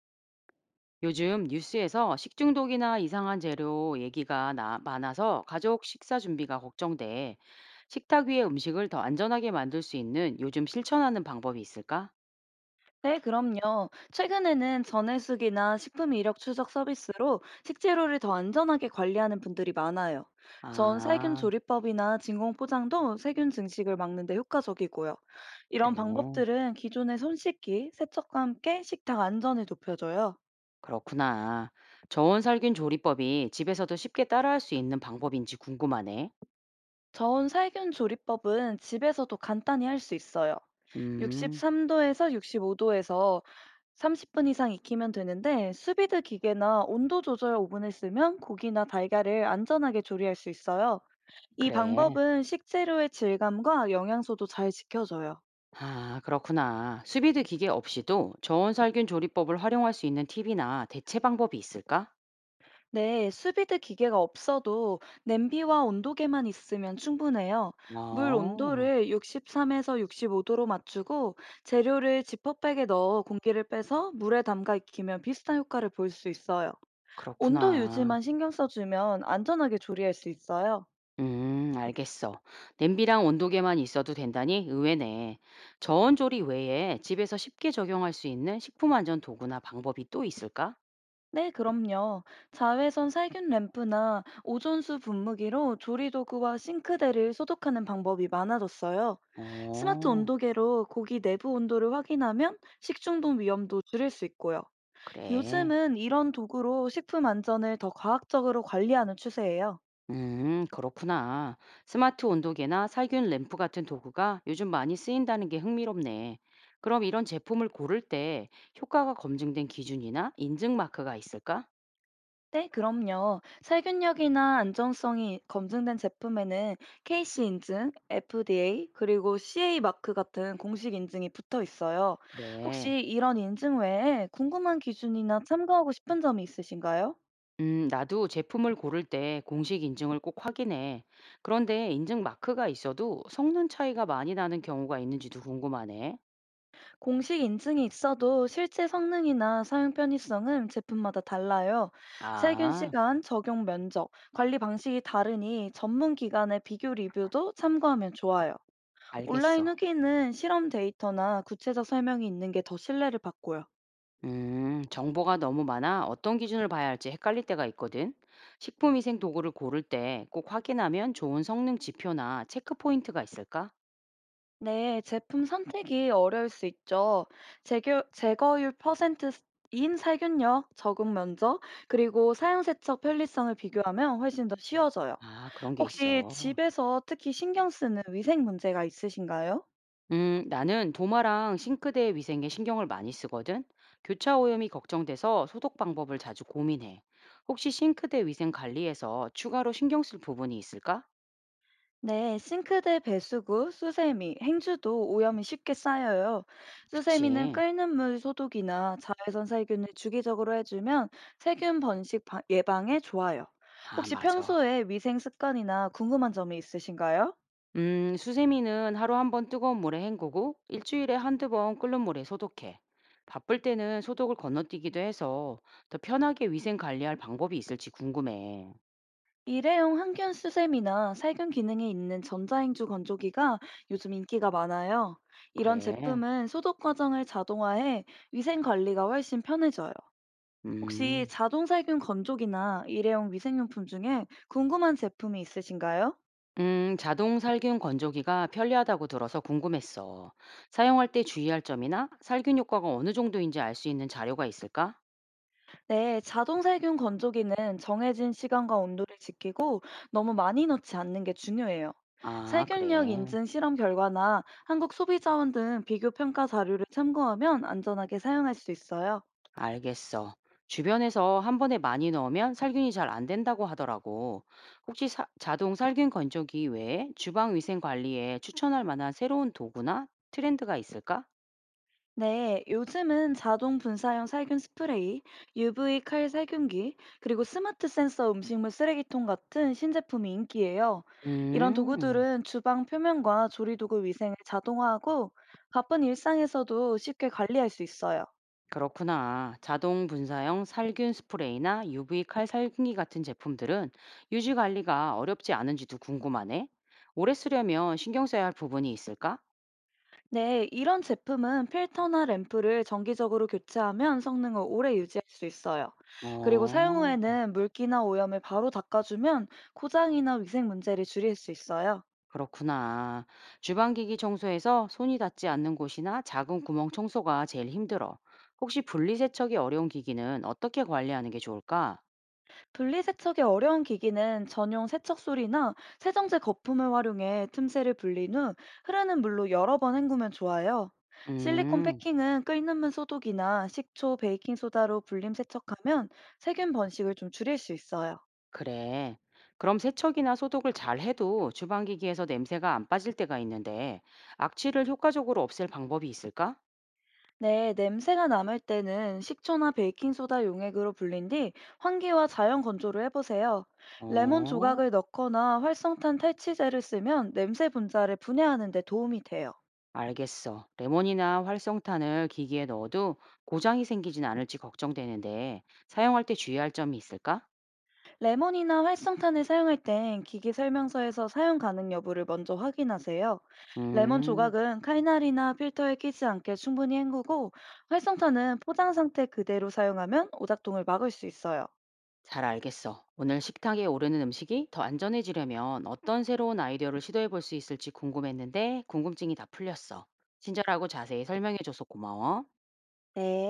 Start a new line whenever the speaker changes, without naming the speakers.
요즘 뉴스에서 식중독이나 이상한 재료 얘기가 많아서 가족 식사 준비가 걱정돼. 식탁 위의 음식을 더 안전하게 만들 수 있는 요즘 실천하는 방법이 있을까?
네, 그럼요. 최근에는 전해수기나 식품 이력 추적 서비스로 식재료를 더 안전하게 관리하는 분들이 많아요. 전 살균
아,
조리법이나 진공 포장도 세균 증식을 막는 데 효과적이고요. 이런
그래.
방법들은 기존의 손 씻기, 세척과 함께 식탁 안전을 높여줘요.
그렇구나. 저온 살균 조리법이 집에서도 쉽게 따라할 수 있는 방법인지 궁금하네.
저온 살균 조리법은 집에서도 간단히 할 수 있어요.
음,
63도에서 65도에서 30분 이상 익히면 되는데 수비드 기계나 온도 조절 오븐을 쓰면 고기나 달걀을 안전하게 조리할 수 있어요. 이
그래.
방법은 식재료의 질감과 영양소도 잘 지켜줘요.
아, 그렇구나. 수비드 기계 없이도 저온 살균 조리법을 활용할 수 있는 팁이나 대체 방법이 있을까?
네, 수비드 기계가 없어도 냄비와 온도계만 있으면 충분해요. 물
어,
온도를 63에서 65도로 맞추고 재료를 지퍼백에 넣어 공기를 빼서 물에 담가 익히면 비슷한 효과를 볼 수 있어요. 온도
그렇구나.
유지만 신경 써주면 안전하게 조리할 수 있어요.
알겠어. 냄비랑 온도계만 있어도 된다니 의외네. 저온조리 외에 집에서 쉽게 적용할 수 있는 식품 안전 도구나 방법이 또 있을까?
네, 그럼요. 자외선 살균 램프나 오존수 분무기로 조리 도구와 싱크대를 소독하는 방법이 많아졌어요. 스마트
어,
온도계로 고기 내부 온도를 확인하면 식중독 위험도 줄일 수 있고요.
그래.
요즘은 이런 도구로 식품 안전을 더 과학적으로 관리하는 추세예요.
그렇구나. 스마트 온도계나 살균 램프 같은 도구가 요즘 많이 쓰인다는 게 흥미롭네. 그럼 이런 제품을 고를 때 효과가 검증된 기준이나 인증 마크가 있을까?
네, 그럼요. 살균력이나 안정성이 검증된 제품에는 KC 인증, FDA, 그리고 CA 마크 같은 공식 인증이 붙어 있어요.
그래.
혹시 이런 인증 외에 궁금한 기준이나 참고하고 싶은 점이 있으신가요?
나도 제품을 고를 때 공식 인증을 꼭 확인해. 그런데 인증 마크가 있어도 성능 차이가 많이 나는 경우가 있는지도 궁금하네.
공식 인증이 있어도 실제 성능이나 사용 편의성은 제품마다 달라요. 살균
아,
시간, 적용 면적, 관리 방식이 다르니 전문 기관의 비교 리뷰도 참고하면 좋아요.
알겠어.
온라인 후기는 실험 데이터나 구체적 설명이 있는 게 더 신뢰를 받고요.
정보가 너무 많아 어떤 기준을 봐야 할지 헷갈릴 때가 있거든. 식품위생 도구를 고를 때 꼭 확인하면 좋은 성능 지표나 체크 포인트가 있을까?
네, 제품 선택이 어려울 수 있죠. 제거, 제거율 퍼센트인 살균력, 적응 면적, 그리고 사용 세척 편리성을 비교하면 훨씬 더 쉬워져요.
아, 그런 게
혹시
있어.
집에서 특히 신경 쓰는 위생 문제가 있으신가요?
나는 도마랑 싱크대 위생에 신경을 많이 쓰거든. 교차 오염이 걱정돼서 소독 방법을 자주 고민해. 혹시 싱크대 위생 관리에서 추가로 신경 쓸 부분이 있을까?
네, 싱크대 배수구, 수세미, 행주도 오염이 쉽게 쌓여요. 수세미는
그치.
끓는 물 소독이나 자외선 살균을 주기적으로 해주면 세균 번식 예방에 좋아요.
아,
혹시
맞아.
평소에 위생 습관이나 궁금한 점이 있으신가요?
수세미는 하루 한 번 뜨거운 물에 헹구고 일주일에 한두 번 끓는 물에 소독해. 바쁠 때는 소독을 건너뛰기도 해서 더 편하게 위생 관리할 방법이 있을지 궁금해.
일회용 항균 수세미나 살균 기능이 있는 전자행주 건조기가 요즘 인기가 많아요. 이런
그래.
제품은 소독 과정을 자동화해 위생 관리가 훨씬 편해져요. 혹시
음.
자동살균 건조기나 일회용 위생용품 중에 궁금한 제품이 있으신가요?
자동 살균 건조기가 편리하다고 들어서 궁금했어. 사용할 때 주의할 점이나 살균 효과가 어느 정도인지 알 수 있는 자료가 있을까?
네, 자동살균 건조기는 정해진 시간과 온도를 지키고 너무 많이 넣지 않는 게 중요해요.
아,
살균력
그래.
인증 실험 결과나 한국소비자원 등 비교 평가 자료를 참고하면 안전하게 사용할 수 있어요.
알겠어. 주변에서 한 번에 많이 넣으면 살균이 잘 안 된다고 하더라고. 혹시 자동 살균 건조기 외에 주방 위생 관리에 추천할 만한 새로운 도구나 트렌드가 있을까?
네, 요즘은 자동 분사형 살균 스프레이, UV 칼 살균기, 그리고 스마트 센서 음식물 쓰레기통 같은 신제품이 인기예요. 이런
음.
도구들은 주방 표면과 조리도구 위생을 자동화하고 바쁜 일상에서도 쉽게 관리할 수 있어요.
그렇구나. 자동 분사형 살균 스프레이나 UV 칼 살균기 같은 제품들은 유지 관리가 어렵지 않은지도 궁금하네. 오래 쓰려면 신경 써야 할 부분이 있을까?
네, 이런 제품은 필터나 램프를 정기적으로 교체하면 성능을 오래 유지할 수 있어요. 그리고 사용
어,
후에는 물기나 오염을 바로 닦아주면 고장이나 위생 문제를 줄일 수 있어요.
그렇구나. 주방기기 청소에서 손이 닿지 않는 곳이나 작은 구멍 청소가 제일 힘들어. 혹시 분리세척이 어려운 기기는 어떻게 관리하는 게 좋을까?
분리세척이 어려운 기기는 전용 세척술이나 세정제 거품을 활용해 틈새를 불린 후 흐르는 물로 여러 번 헹구면 좋아요. 실리콘
음.
패킹은 끓는 물 소독이나 식초, 베이킹소다로 불림 세척하면 세균 번식을 좀 줄일 수 있어요.
그래. 그럼 세척이나 소독을 잘 해도 주방기기에서 냄새가 안 빠질 때가 있는데 악취를 효과적으로 없앨 방법이 있을까?
네, 냄새가 남을 때는 식초나 베이킹소다 용액으로 불린 뒤 환기와 자연 건조를 해보세요. 레몬
어,
조각을 넣거나 활성탄 탈취제를 쓰면 냄새 분자를 분해하는 데 도움이 돼요.
알겠어. 레몬이나 활성탄을 기기에 넣어도 고장이 생기진 않을지 걱정되는데 사용할 때 주의할 점이 있을까?
레몬이나 활성탄을 사용할 땐 기기 설명서에서 사용 가능 여부를 먼저 확인하세요. 레몬
음,
조각은 칼날이나 필터에 끼지 않게 충분히 헹구고 활성탄은 포장 상태 그대로 사용하면 오작동을 막을 수 있어요.
잘 알겠어. 오늘 식탁에 오르는 음식이 더 안전해지려면 어떤 새로운 아이디어를 시도해 볼 수 있을지 궁금했는데 궁금증이 다 풀렸어. 친절하고 자세히 설명해줘서 고마워.
네.